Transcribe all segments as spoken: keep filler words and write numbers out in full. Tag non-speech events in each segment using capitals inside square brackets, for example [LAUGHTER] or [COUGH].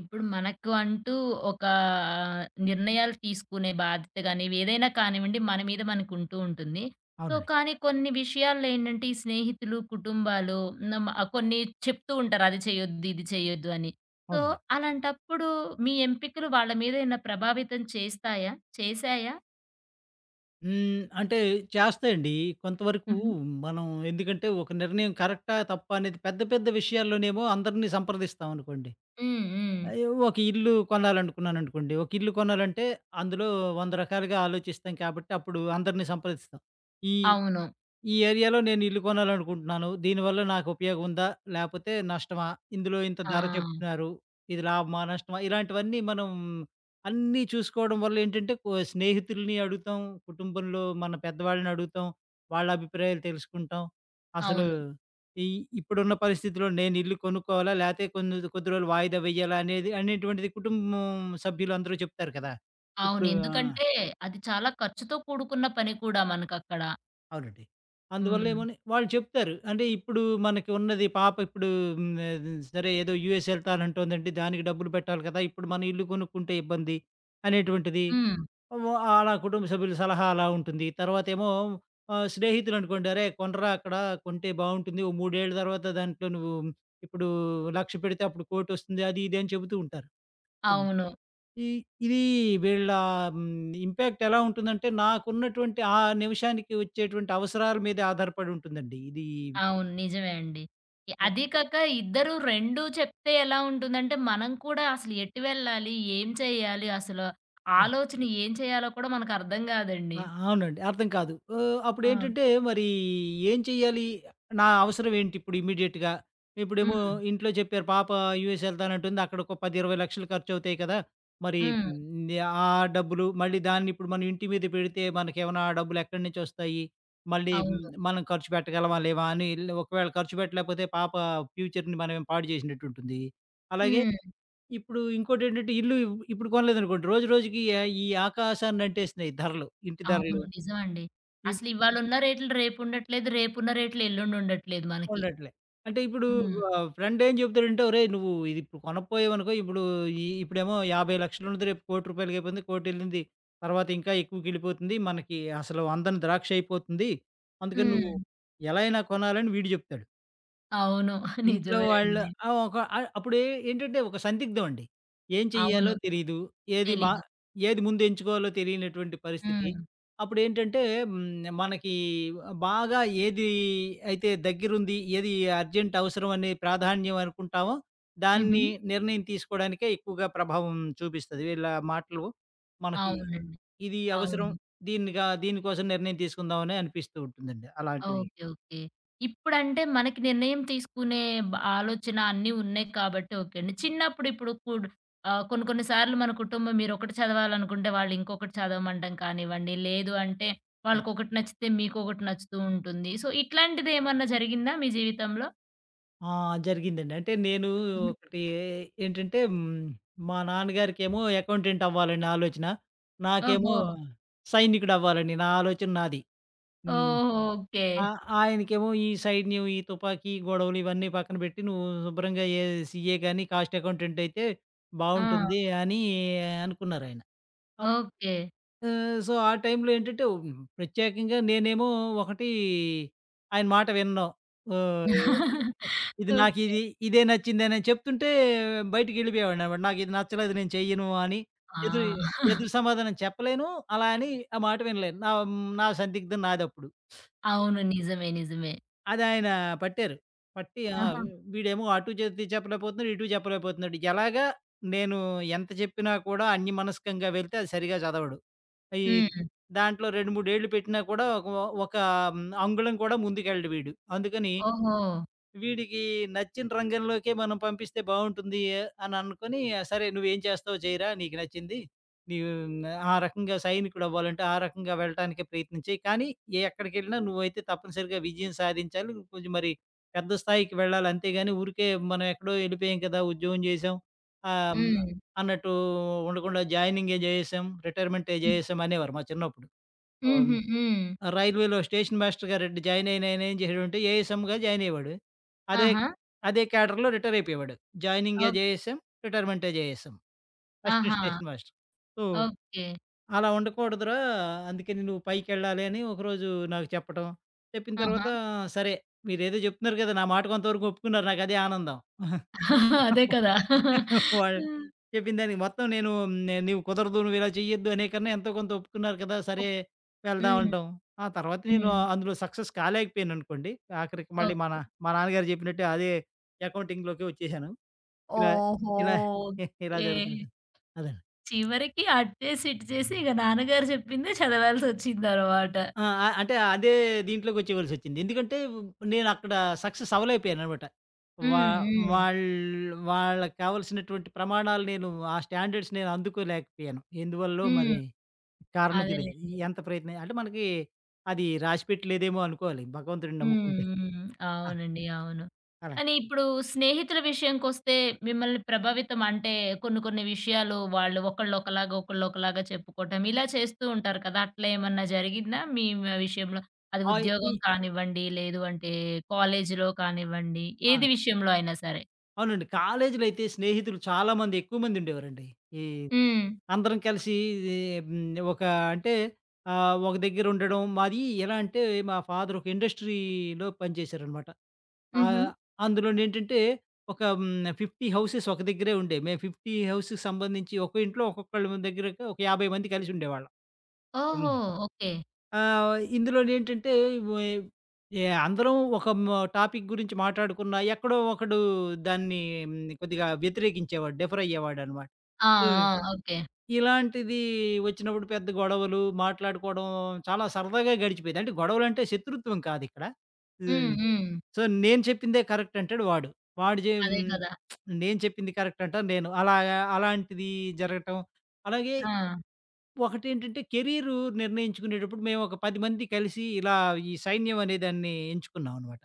ఇప్పుడు మనకు అంటూ ఒక నిర్ణయాలు తీసుకునే బాధ్యత గాని, ఏదైనా కానివ్వండి మన మీద మనకు ఉంటూ ఉంటుంది. సో, అవునండి. కానీ కొన్ని విషయాల్లో ఏంటంటే, ఈ స్నేహితులు, కుటుంబాలు నమ్ కొన్ని చెప్తూ ఉంటారు. అది చేయొద్దు, ఇది చేయొద్దు అని. సో, అవునండి. అలాంటప్పుడు మీ ఎంపికలు వాళ్ళ మీద ఏమైనా ప్రభావితం చేస్తాయా? చేశాయా? హ్మ్. అంటే చేస్తాయండి. కొంతవరకు హుహు. మనం ఎందుకంటే ఒక నిర్ణయం కరెక్టా? తప్పా? అనేది పెద్ద పెద్ద విషయాల్లోనేమో అందరిని సంప్రదిస్తామనుకోండి. హ్మ్. హ్మ్. ఆహ్, ఒక ఇల్లు కొనాలనుకున్నాననుకోండి. ఒక ఇల్లు కొనాలంటే అందులో వంద రకాలుగా ఆలోచిస్తాం కాబట్టి అప్పుడు అందరిని సంప్రదిస్తాం. ఈ అవును. ఈ ఏరియాలో నేను ఇల్లు కొనాలనుకుంటున్నాను. దీనివల్ల నాకు ఉపయోగం ఉందా? లేపోతే నష్టమా? ఇందులో ఇంత ఆ! ధర చెప్తున్నారు. ఇది లాభమా? నష్టమా? ఇలాంటివన్నీ మనం అన్నీ చూసుకోవడం వల్ల ఏంటంటే కొ స్నేహితుల్ని అడుగుతాం. కుటుంబంలో మన పెద్దవాళ్ళని అడుగుతాం. వాళ్ళ అభిప్రాయాలు తెలుసుకుంటాం. అసలు అవును. ఈ ఇప్పుడున్న పరిస్థితిలో నేను ఇల్లు కొనుక్కోవాలా? లేతే కొన్ని కొద్ది రోజులు వాయిదా వేయాలా? అనేది అనేటువంటిది కుటుంబం సభ్యులందరూ చెప్తారు కదా! అవును. ఇప్పుడు ఆ! ఎందుకంటే, అది చాలా ఖర్చుతో కూడుకున్న పని కూడా మనకక్కడ. అవునండి. అందువల్ల హ్మ్. ఏమోని వాళ్ళు చెప్తారు. అంటే ఇప్పుడు మనకి ఉన్నది పాప ఇప్పుడు హ్మ్, ఆహ్, సరే ఏదో యూఎస్ ఎళ్తానంటోందండి. దానికి డబ్బులు పెట్టాలి కదా! ఇప్పుడు మనం ఇల్లు కొనుక్కుంటే ఇబ్బంది అనేటువంటిది. హ్మ్. వ అలా కుటుంబ సభ్యుల సలహా అలా ఉంటుంది. తర్వాతేమో ఆహ్, స్నేహితులనుకోండి, "అరేయ్! కొనరా అక్కడ కొంటే బావుంటుంది. ఓ మూడు ఏళ్ల తర్వాత దాంట్లో నువ్వు ఇప్పుడు ఒక లక్ష పెడితే అప్పుడు కోటొస్తుంది." అది ఇది అని చెబుతూ ఉంటారు. అవును. ఈ ఇది వీళ్ళ హ్మ్, ఇంపాక్ట్ ఎలా ఉంటుందంటే, నాకున్నటువంటి ఆ నిమిషానికి వచ్చేటువంటి అవసరాల మీదే ఆధారపడి ఉంటుందండి. ఇది అవును. నిజమే అండి. ఇ న అదీ కాక ఇద్దరు రెండు చెప్తే ఎలా ఉంటుందంటే, మనం కూడా అసలు ఎటు వెళ్ళాలి? ఏం చేయాలి? అసలు ఆలోచన ఏం చేయాలో కూడా మనకర్థం గాదండి. ఆ! అవునండి. అర్థం కాదు. ఆహ్, ఆ! అప్పుడేంటంటే మరి ఏం చెయ్యాలి? నా అవసరం ఏంటి ఇప్పుడు ఇమ్మీడియేట్‌గా? ఇప్పుడేమో హ్మ్. ఇంట్లో చెప్పారు పాప యూఎస్ ఎళ్తానంటుంది. అక్కడొక పది, ఇరవై లక్షలు ఖర్చవుతాయి కదా! మరి హ్మ్. హ్మ్, ఆ డబ్బులు మళ్ళీ దాన్నిప్పుడు మనం ఇంటి మీద పెడితే మనకేమైనా ఆ డబ్బులెక్కడి నుంచొస్తాయి? మళ్ళీ హ్మ్, అవును. మనం ఖర్చు పెట్టగలమా? లేవా? అని ఇల్ ఒకవేళ ఖర్చు పెట్టలేకపోతే పాప ఫ్యూచర్‌ని మనమేం పాడు చేసినట్టుంటుంది. అలాగే హ్మ్. ఇప్పుడు ఇంకోటేంటంటే ఇల్లు ఇప్పుడు కొనలేదనుకోండి, రోజు రోజుకి ఆహ్, ఈ ఆకాశాన్నంటేస్తున్నాయి ధరలు. ఇంటి అవును. ధరలు. నిజమండి. అసలు ఇప్పుడు ఇవాళున్న రేట్లు రేపుండట్లేదు. రేపున్న రేట్లు ఎల్లుండుండట్లేదు మనకి. ఉండట్లే. అంటే ఇప్పుడు హ్మ్. ఆహ్, ఫ్రెండ్ ఏం చెప్తాడంటే, "ఒరేయ్! నువ్వు ఇది ఇప్పుడు కొనకపోయావనుకో, ఇప్పుడు ఈ ఇప్పుడేమో యాభై లక్షలు ఉన్నది, రేపు ఒక కోటి అయిపోతుంది, ఒక కోటి ఎళ్ళింది. తర్వాత ఇంకా ఎక్కువకెళ్ళిపోతుంది. మనకి అసలు అందని ద్రాక్ష అయిపోతుంది. అందుకని హ్మ్. నువ్వు ఎలా అయినా కొనాలని" వీడు చెప్తాడు. అవును. [LAUGHS] ఇంట్లో నిజమే వాళ్ళ అండి. ఆ! ఒక ఆహ్, అప్పుడు ఏ ఏంటంటే ఒక సందిగ్ధం అండి. ఏం అవును. చెయ్యాలో తెలీదు. ఏది మా తెలీదు. ఏది ముందు ఎంచుకోవాలో తెలియనటువంటి పరిస్థితి. హ్మ్. అప్పుడేంటంటే హ్మ్. మనకి బాగా ఏది అయితే దగ్గరుంది, ఏది అర్జెంట్ అవసరం అనే ప్రాధాన్యం అనుకుంటామో, హుహు. దాన్ని నిర్ణయం తీసుకోవడానికే ఎక్కువగా ప్రభావం చూపిస్తది. వీళ్ళ మాటలు మనకి అవునండి. ఇది అవసరం. అవును. దీన్నిగా దీనికోసం నిర్ణయం తీసుకుందామని అనిపిస్తూ ఉంటుందండి అలాంటివి. ఓకే. ఓకే. ఇప్పుడంటే మనకి నిర్ణయం తీసుకునే బ ఆలోచన అన్నీ ఉన్నాయి కాబట్టి ఓకే అండి. చిన్నప్పుడు ఇప్పుడు కుడ్ ఆహ్, కొన్ని కొన్ని సార్లు మన కుటుంబం మీరొకటి చదవాలనుకుంటే వాళ్ళు ఇంకొకటి చదవమండం కానివ్వండి, లేదు అంటే ఆ! వాళ్ళకొకటి నచ్చితే మీకొకటి నచ్చుతూ ఉంటుంది. సో, ఇట్లాంటిదేమన్నా జరిగిందా మీ జీవితంలో? ఆ! జరిగిందండి. అంటే నేను హుహు. ఒకటి ఏంటంటే హ్మ్, మా నాన్నగారికేమో అకౌంటెంట్ అవ్వాలని ఆలోచన. నాకేమో ఓహో! సైనికుడవ్వాలని నా ఆలోచన నాది. హ్మ్. ఓహో! ఓకే. ఆ ఆయనకేమో ఈ సైన్యం, ఈ తుపాకీ, గొడవలు ఇవన్నీ పక్కన పెట్టి నువ్వు శుభ్రంగా ఏ సీఏ గాని, కాస్ట్ అకౌంటెంట్ అయితే ఆ! బావుంటుంది అని అనుకున్నారాయన. ఓకే. ఆహ్, సో, ఆ టైంలో ఏంటంటే హ్మ్, ప్రత్యేకంగా నేనేమో ఒకటి ఆయన మాట వినను. ఓహ్! [LAUGHS] ఇది ఓకే. నాకిది ఇదే నచ్చిందని చెప్తుంటే బయటికెళ్ళిపోయేవాడిననమాట. నాకిది నచ్చలేదు నేను చెయ్యను అని ఎదురు ఆ! [LAUGHS] ఎదురు సమాధానం చెప్పలేను. అలా అని ఆ మాట వినలేను. నా నా సందిగ్ధం నాదప్పుడు. అవును. నిజమే. నిజమే. అదాయన పట్టారు. పట్టి ఆ! ఆహా! హ్మ్. వీడేమో అటు చెప్తే చెప్పలేకపోతున్నాడు. ఇటు చెప్పలేకపోతున్నాడు. ఎలాగా నేను ఎంత చెప్పినా కూడా అన్యమనస్కంగా వెళ్తే అది సరిగా చదవడు. ఈ హ్మ్. దాంట్లో రెండు, మూడు ఏళ్లు పెట్టినా కూడా ఒక ఒక అంగుళం కూడా ముందుకెళ్ళడు వీడు. అందుకని ఓహో! వీడికి నచ్చిన రంగంలోకే మనం పంపిస్తే బావుంటుంది అని అనుకోని, సరే నువ్వేం చేస్తావో చేయరా నీకు నచ్చింది. నీవు ఆ రకంగా సైనికుడవ్వాలంటే, ఆ రకంగా వెళ్ళటానికే ప్రయత్నం చెయి. కానీ ఎక్కడికెళ్ళినా నువ్వైతే తప్పనిసరిగా విజయం సాధించాలి. కొంచెం మరి పెద్ద స్థాయికి వెళ్ళాలి. అంతేగాని ఊరికే మనం ఎక్కడో ఎళ్ళిపోయాం కదా! ఉద్యోగం చేశాం. ఆహ్, హ్మ్. హ్మ్. అన్నట్టు ఉండకుండా జాయినింగే జేసేసాం. రిటైర్మెంటే జేసేసాం అనేవారు మా చిన్నప్పుడు. హుహు. హ్మ్. ఆ! రైల్వేలో స్టేషన్ మాస్టర్‌గా రెడ్ జాయిన్ అయిన ఆయన ఏం చేసాడంటే ఏఎస్ఎంగా జాయిన్ అయ్యేవాడు. అదే ఆహా! అదే క్యాడర్‌లో రిటైర్ అయిపోయేవాడు. జాయినింగే ఓహ్! జేఎస్ఎం, రిటైర్మెంటే జేఎస్ఎం. అసిస్టెంట్ ఆహా! Station master. So, okay. అలా ఉండకూడదురా! అందుకని నువ్వు పైకెళ్ళాలి అని ఒకరోజు నాకు చెప్పడం. చెప్పిన ఆహా! తర్వాత సరే మీరేదో చెప్తున్నారు కదా! నా మాట కొంతవరకు ఒప్పుకున్నారు. నాకదే ఆనందం. [LAUGHS] అదే కదా! వాళ్ళు హ్మ్. చెప్పిన దానికి మొత్తం నేను నే "నీవు కుదరదు, నువ్వు ఇలా చెయ్యొద్దు" అనే కన్నా ఎంతో కొంత ఒప్పుకున్నారు కదా! సరే ఓహ్! వెళ్దాం హ్మ్. అంటాం. ఆ తర్వాత నేను హ్మ్. అందులో సక్సెస్ కాలేకపోయాననుకోండి. ఆఖరికి మళ్ళీ మా ఓకే. నా మా నాన్నగారు చెప్పినట్టే అదే అకౌంటింగ్‌లోకే వచ్చేసాను. ఇలా ఇలా ఇలా జరుగుతూ ఓకే. ఉంటుంది. అదండి. చివరికి అటు చేసి, ఇటు చేసి ఇక నాన్నగారు చెప్పిందే చదవాల్సొచ్చిందనమాట. ఆ! ఆ! అంటే అదే దీంట్లోకొచ్చేవలసొచ్చింది. ఎందుకంటే నేనక్కడ సక్సెస్ అవ్వలేకపోయాననమాట. వా హ్మ్. హ్మ్. వాళ్ళు వాళ్ళకి కావాల్సినటువంటి ప్రమాణాలు నేను ఆ స్టాండర్డ్స్ నేను అందుకోలేకపోయాను. ఎందువల్లో హ్మ్. మరి కారణం తెలీదు. అదేలెండి. ఎంత ప్రయత్నం అంటే మనకి అది రాసిపెట్టలేదేమో అనుకోవాలి భగవంతుడిని హ్మ్. నమ్ముకుంటే. హ్మ్. ఆ! అవునండి. అవును. అలా. కానీ ఇప్పుడు స్నేహితుల విషయంకొస్తే మిమ్మల్ని ప్రభావితం అంటే కొన్ని కొన్ని విషయాలు వాళ్ళు ఒకళ్ళు ఒకలాగా, ఒకళ్ళు ఒకలాగా చెప్పుకోవటం ఇలా చేస్తూ ఉంటారు కదా! అట్లా ఏమన్నా జరిగిందా మీ మ విషయంలో? అది ఆహ్, ఈ ఉద్యోగం కానివ్వండి, లేదు అంటే కాలేజీలో కానివ్వండి, ఆ! ఏది విషయంలో అయినా సరే? అవునండి. కాలేజీలో అయితే స్నేహితులు చాలా మంది ఎక్కువ మందుండేవారండి. ఈ హ్మ్. అందరం కలిసి హ్మ్, ఒక అంటే ఆహ్, ఒక దగ్గర ఉండడం. మాది ఎలా అంటే మా ఫాదర్ ఒక ఇండస్ట్రీలో పనిచేశారనమాట. హుహు. ఆహ్, అందులోనేంటంటే ఒక హ్మ్, యాభై హౌసెస్ ఒక దగ్గరే ఉండేవి. మేము యాభై హౌస్‌కి సంబంధించి ఒక ఇంట్లో ఒక్కొక్కళ్ళ దగ్గర ఒక యాభై మంది కలిసి ఉండేవాళ్ళం. ఓహో! హ్మ్. ఓకే. ఆహ్, ఇందులోనేంటంటే వే ఏ ఏ అందరం ఒక మ టాపిక్ గురించి మాట్లాడుకున్నా ఎక్కడో ఒకడు దాన్ని హ్మ్, కొద్దిగా వ్యతిరేకించేవాడు. డిఫర్ అయ్యేవాడనమాట. ఆ! ఆ! ఓకే. ఇలాంటిది వచ్చినప్పుడు పెద్ద గొడవలు, మాట్లాడుకోవడం చాలా సరదాగా గడిచిపోయేది. అంటే గొడవలంటే శత్రుత్వం కాదిక్కడ. హ్మ్. హ్మ్. హ్మ్. సో, నేను చెప్పిందే కరెక్ట్ అంటాడు వాడు. వాడు జే అదే హ్మ్. కదా! నేను చెప్పింది కరెక్ట్ అంటాను నేను. అలాగా అలాంటిది జరగటం. అలాగే ఆ! ఒకటేంటంటే కెరీరు నిర్ణయించుకునేటప్పుడు మేము ఒక పది మంది కలిసి ఇలా ఈ సైన్యం అనే దాన్ని ఎంచుకున్నామనమాట.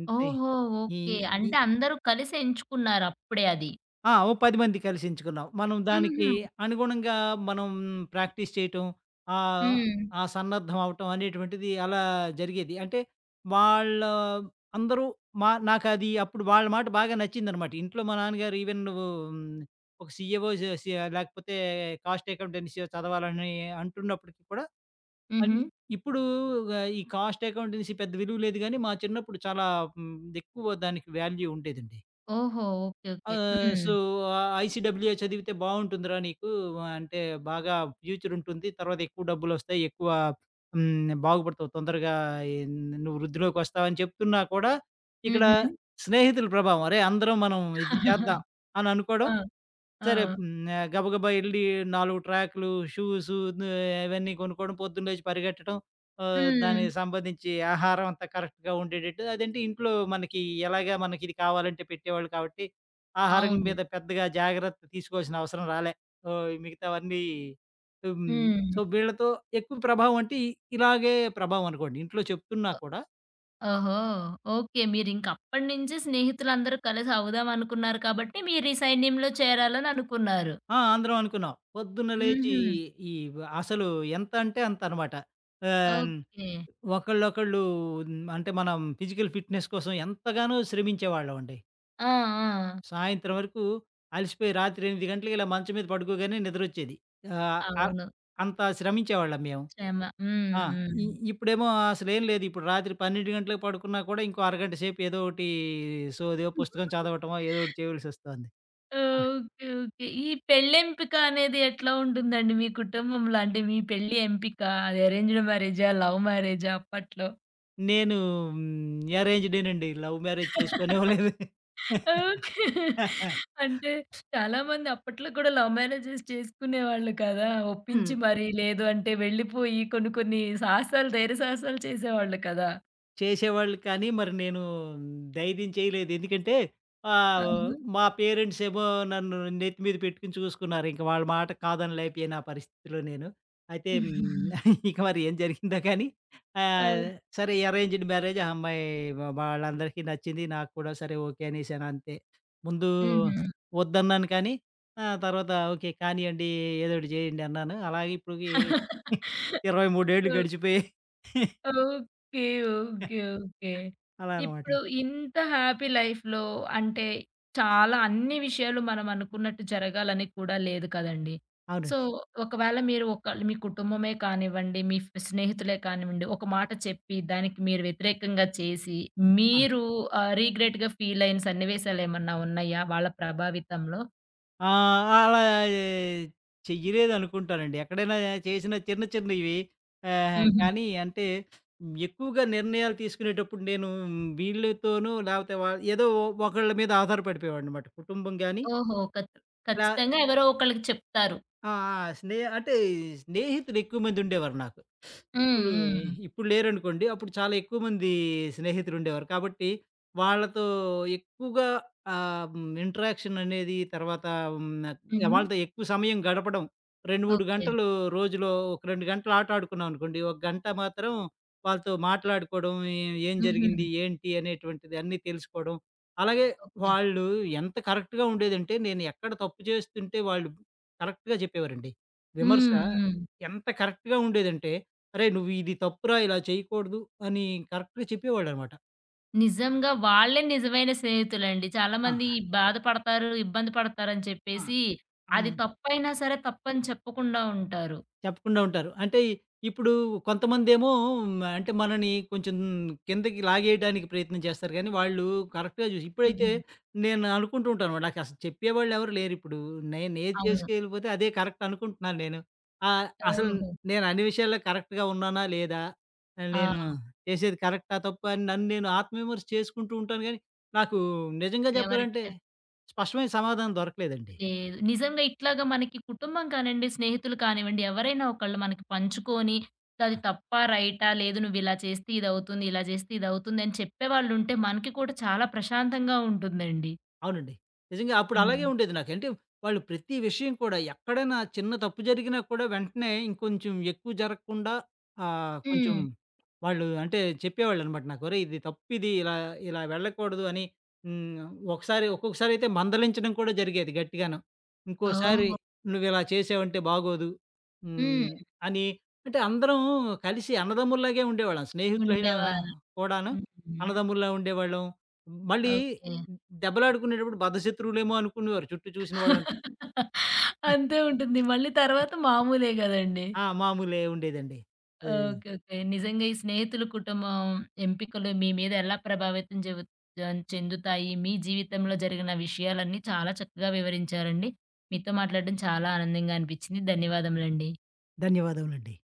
ఇంతే ఓహో! ఈ ఓకే. ఈ అంటే అందరూ కలిసి ఎంచుకున్నారు అప్పుడే అది. ఆ! ఓ పది మంది కలిసి ఎంచుకున్నాం. మనం దానికి హుహు. అనుగుణంగా మనం ప్రాక్టీస్ చేయటం, ఆహ్, హ్మ్. ఆ సన్నద్ధం అవ్వటం అనేటువంటిది అలా జరిగేది. అంటే వాళ్ళ అందరూ మా నాకది అప్పుడు వాళ్ళ మాట బాగా నచ్చిందనమాట. ఇంట్లో మా నాన్నగారు ఈవెన్ నువ్వు హ్మ్, ఒక సీఏఓ జ సి లేకపోతే కాస్ట్ అకౌంటెన్సీ చదవాలని అంటున్నప్పటికి కూడా హుహు. అన్ని ఇప్పుడు ఆహ్, ఈ కాస్ట్ అకౌంటెన్సీ పెద్ద విలువ లేదు గానీ, మా చిన్నప్పుడు చాలా హ్మ్, ఎక్కువ దానికి వాల్యూ ఉండేదండి. ఓహో! ఓకే. ఓకే. ఆహ్, హ్మ్. సో, ఆహ్, ఐసీడబ్ల్యూఏ చదివితే బావుంటుందిరా నీకు. అంటే బాగా ఫ్యూచర్ ఉంటుంది. తర్వాత ఎక్కువ డబ్బులొస్తాయి. ఎక్కువ హ్మ్. బాగుపడతావు. తొందరగా ఈ నువ్వు వృద్ధిలోకొస్తావని చెప్తున్నా కూడా ఇక్కడ హుహు. స్నేహితుల ప్రభావం. అరే! అందరం మనం ఇది చేద్దాం అని అనుకోవడం ఆ! ఆ! సరే. హ్మ్. ఆహ్, గబగబా ఎళ్లి నాలుగు ట్రాక్‌లు, షూసు ను ఇవన్నీ కొనుక్కోవడం, పొద్దున్న లేచి పరిగెట్టడం. ఆహ్, హ్మ్. దానికి సంబంధించి ఆహారం అంతా కరెక్ట్‌గా ఉండేటట్టు. అదంటే ఇంట్లో మనకి ఎలాగా మనకి ఇది కావాలంటే పెట్టేవాళ్ళు కాబట్టి, ఆహారం అవును. మీద పెద్దగా జాగ్రత్త తీసుకోవాల్సిన అవసరం రాలే. ఓహ్! మిగతావన్నీ హ్మ్. సో, హ్మ్. వీళ్ళతో ఎక్కువ ప్రభావం అంటే ఇ- ఇలాగే ప్రభావం అనుకోండి. ఇంట్లో చెప్తున్నా ఓ కూడా ఓహో! ఓకే. మీరింక అప్పటినుంచి స్నేహితులందరూ కలిసి అవుదాం అనుకున్నారు కాబట్టి, మీరు ఈ సైన్యంలో చేరాలని అనుకున్నారు. ఆ! అందరం అనుకున్నాం. పొద్దున్న లేచి హుహు. ఈ అసలు ఎంత అంటే అంత అన్నమాట. ఆహ్ ఓకే. ఒకళ్ళొకళ్ళు హ్మ్, అంటే మనం ఫిజికల్ ఫిట్‌నెస్ కోసం ఎంతగానో శ్రమించేవాళ్ళమండి. ఆ! ఆ! సాయంత్రం వరకు అలసిపోయి రాత్రి ఎనిమిది గంటలకి ఇలా మంచం మీద పడుకోగానే నిద్రొచ్చేది. ఆహ్, ఆహ్, అవును. అంత శ్రమించేవాళ్ళం మేము. శ్రమ. హ్మ్. ఆ! హ్మ్. ఇ ఇప్పుడేమో అసలేం లేదు. ఇప్పుడు రాత్రి పన్నెండు గంటలకు పడుకున్నా కూడా ఇంకో అరగంట సేపు ఏదో ఒకటి సోదో, పుస్తకం చదవటమో ఏదో ఒకటి చేయవలసొస్తోంది. ఓకే. ఓకే. ఈ పెళ్లెంపిక అనేది ఎట్లా ఉంటుందండి మీ కుటుంబంలో? అంటే మీ పెళ్లి ఎంపిక అది అరేంజ్డ్ మ్యారేజా? లవ్ మ్యారేజా అప్పట్లో? నేను హ్మ్, అరేంజ్‌డేనండి. లవ్ మ్యారేజ్ చేసుకోనివ్వలేదు. ఓకే. [LAUGHS] అంటే చాలామంది అప్పట్లో కూడా లవ్ మ్యారేజెస్ చేసుకునేవాళ్ళు కదా! హ్మ్. ఒప్పించి మరి లేదు అంటే వెళ్ళిపోయి కొన్ని కొన్ని సాహసాలు, ధైర్య సాహసాలు చేసేవాళ్ళు కదా! చేసేవాళ్ళు కానీ మరి నేను ధైర్యం చేయలేదు. ఎందుకంటే ఆహ్, అవును. మా పేరెంట్స్ ఏమో నన్ను నెత్తి మీద పెట్టుకొని చూసుకున్నారు. ఇంక వాళ్ళ మాట కాదనలేకపోయాను ఆ పరిస్థితిలో నేను. అయితే హ్మ్. [LAUGHS] ఇక మరి ఏం జరిగిందో కానీ ఆహ్, ఓహ్! సరే అరేంజ్డ్ మ్యారేజ్ ఆ అమ్మాయి వ వాళ్ళందరికీ నచ్చింది. నాకు కూడా సరే ఓకే అనేసాను అంతే. ముందు హుహు. వద్దన్నాను కానీ ఆ తర్వాత ఓకే కానియండి ఏదో ఒకటి చేయండి అన్నాను. అలాగే ఇప్పటికి [LAUGHS] ఇరవై మూడు ఏళ్ళు గడిచిపోయాయి. [LAUGHS] ఓకే. ఓకే. [LAUGHS] ఓకే. అలా అన్నమాట. ఇప్పుడు ఇంత హ్యాపీ లైఫ్‌లో అంటే చాలా అన్ని విషయాలు మనం అనుకున్నట్టు జరగాలని కూడా లేదు కదండీ. సో, అవునండి. ఒకవేళ మీరు ఒక మీ కుటుంబమే కానివ్వండి, మీ ఫ్ స్నేహితులే కానివ్వండి, ఒక మాట చెప్పి దానికి మీరు వ్యతిరేకంగా చేసి ఆ! మీరు ఆహ్, రిగ్రెట్‌గా ఫీల్ అయిన సన్నివేశాలేమన్నా ఉన్నాయా వాళ్ళ ప్రభావితంలో? ఆహ్, అలా చెయ్యలేదనుకుంటానండి. ఎక్కడైనా చేసిన చిన్న చిన్నవి ఆహ్, హుహు. కానీ అంటే ఎక్కువగా నిర్ణయాలు తీసుకునేటప్పుడు నేను వీళ్ళతోనూ లేపోతే వా ఏదో ఒకళ్ళ మీద ఆధారపడిపోయేవాడినన్నమాట. కుటుంబం గాని, ఓహో! ఖచ్ లా ఖచ్చితంగా ఎవరో ఒకళ్ళకి చెప్తారు. ఆ! ఆ! స్నే అంటే స్నేహితులు ఎక్కువ మంది ఉండేవారు నాకు. హ్మ్. ఇప్పుడు హ్మ్. ఇప్పుడు లేరనుకోండి. అప్పుడు చాలా ఎక్కువ మంది స్నేహితులుండేవారు. కాబట్టి వాళ్ళతో ఎక్కువగా ఆహ్, హ్మ్. ఇంటరాక్షన్ అనేది తర్వాత హ్మ్. హుహు. వాళ్ళతో ఎక్కువ సమయం గడపడం. రెండు, మూడు ఓకే. గంటలు రోజులో ఒక రెండు గంటలు ఆట ఆడుకున్నాం అనుకోండి. ఒక గంట మాత్రం వాళ్ళతో మాట్లాడుకోవడం. ఏ ఏం హుహు. జరిగింది? ఏంటి? అనేటువంటిది అన్నీ తెలుసుకోవడం. అలాగే ఓకే. వాళ్ళు ఎంత కరెక్ట్‌గా ఉండేదంటే నేను ఎక్కడ తప్పు చేస్తుంటే వాళ్ళు కరెక్ట్‌గా చెప్పేవారండి. విమర్శ హ్మ్. హ్మ్. ఎంత కరెక్ట్‌గా ఉండేదంటే అరేయ్! నువ్వు ఇది తప్పురా! ఇలా చేయకూడదు అని కరెక్ట్‌గా చెప్పేవాడనమాట. నిజంగా వాళ్ళే నిజమైన స్నేహితులండి. ఆ! చాలామంది బాధపడతారు, ఇబ్బంది పడతారని ఆ! చెప్పేసి, అది హ్మ్. తప్పైనా సరే తప్పని చెప్పకుండా ఉంటారు. చెప్పకుండా ఉంటారు. అంటే ఇ- ఇప్పుడు కొంతమందేమో అంటే మనని కొంచెం కిందకి లాగేయడానికి ప్రయత్నం చేస్తారు గానీ, వాళ్ళు కరెక్ట్‌గా చూసి ఇప్పుడైతే హుహు. నేను అనుకుంటూ ఉంటాను. నాకసలు చెప్పేవాళ్ళు ఎవరు లేరిప్పుడు. నేనేది అవును. చేసుకెళ్ళిపోతే అదే కరెక్ట్ అనుకుంటున్నాను నేను. ఆహ్, అసలు ఓహో! నేను అన్ని విషయాల్లో కరెక్ట్‌గా ఉన్నానా? లేదా? ఆ! నేను చేసేది కరెక్టా? తప్పా? అని నన్ను నేను ఆత్మవిమర్శ చేసుకుంటూ ఉంటాను గానీ, నాకు నిజంగా చెప్పాలంటే ఎవరికి స్పష్టమైన సమాధానం దొరకలేదండి. చెప్పలేదు. నిజంగా ఇట్లాగా మనకి కుటుంబం కానివ్వండి, స్నేహితులు కానివ్వండి, ఎవరైనా ఒకళ్ళు మనకి పంచుకొని, అది తప్పా, రైటా, లేదు నువ్విలా చేస్తే ఇదవుతుంది, ఇలా చేస్తే ఇదవుతుంది అని చెప్పేవాళ్ళుంటే మనకి కూడా చాలా ప్రశాంతంగా ఉంటుందండి. అవునండి. నిజంగా అప్పుడు అలాగే హ్మ్. ఉండేది నాకు. అంటే వాళ్ళు ప్రతి విషయం కూడా ఎక్కడైనా చిన్న తప్పు జరిగినా కూడా వెంటనే ఇంకొంచెం ఎక్కువ జరగకుండా ఆహ్, కొంచెం హ్మ్. వాళ్ళు అంటే చెప్పేవాళ్ళనమాట నాకు. "ఒరేయ్! ఇది తప్పిది ఇలా ఇలా వెళ్ళకూడదు" అని హ్మ్. ఒకసారి ఒక్కొక్కసారి అయితే మందలించడం కూడా జరిగేది గట్టిగాను. "ఇంకోసారి ఓహో! నువ్విలా చేసావంటే బాగోదు" హ్మ్. హ్మ్. అని అంటే అందరం కలిసి అన్నదమ్ముల్లాగే ఉండేవాళ్ళం. స్నేహితులైనా ఉండేవారు. కూడాను హ్మ్. అన్నదమ్ముల్లా ఉండేవాళ్ళం. మళ్ళీ ఓకే. హ్మ్. దెబ్బలాడుకునేటప్పుడు బద్ధశత్రువులేమో అనుకునేవారు చుట్టూ చూసిన వాళ్ళంతా. [LAUGHS] అంతే ఉంటుంది. మళ్ళీ తర్వాత [LAUGHS] మామూలే గదండీ. ఆ! మామూలే ఉండేదండి. అది ఓకే. ఓకే. నిజంగా ఈ స్నేహితులు, కుటుంబం ఎంపికలు మీ మీద ఎలా ప్రభావితం చెవు ఆహ్, చెందుతాయి? మీ జీవితంలో జరిగిన విషయాలన్నీ చాలా చక్కగా వివరించారండి. మీతో మాట్లాడడం చాలా ఆనందంగా అనిపించింది. ధన్యవాదములండి. ధన్యవాదములండి.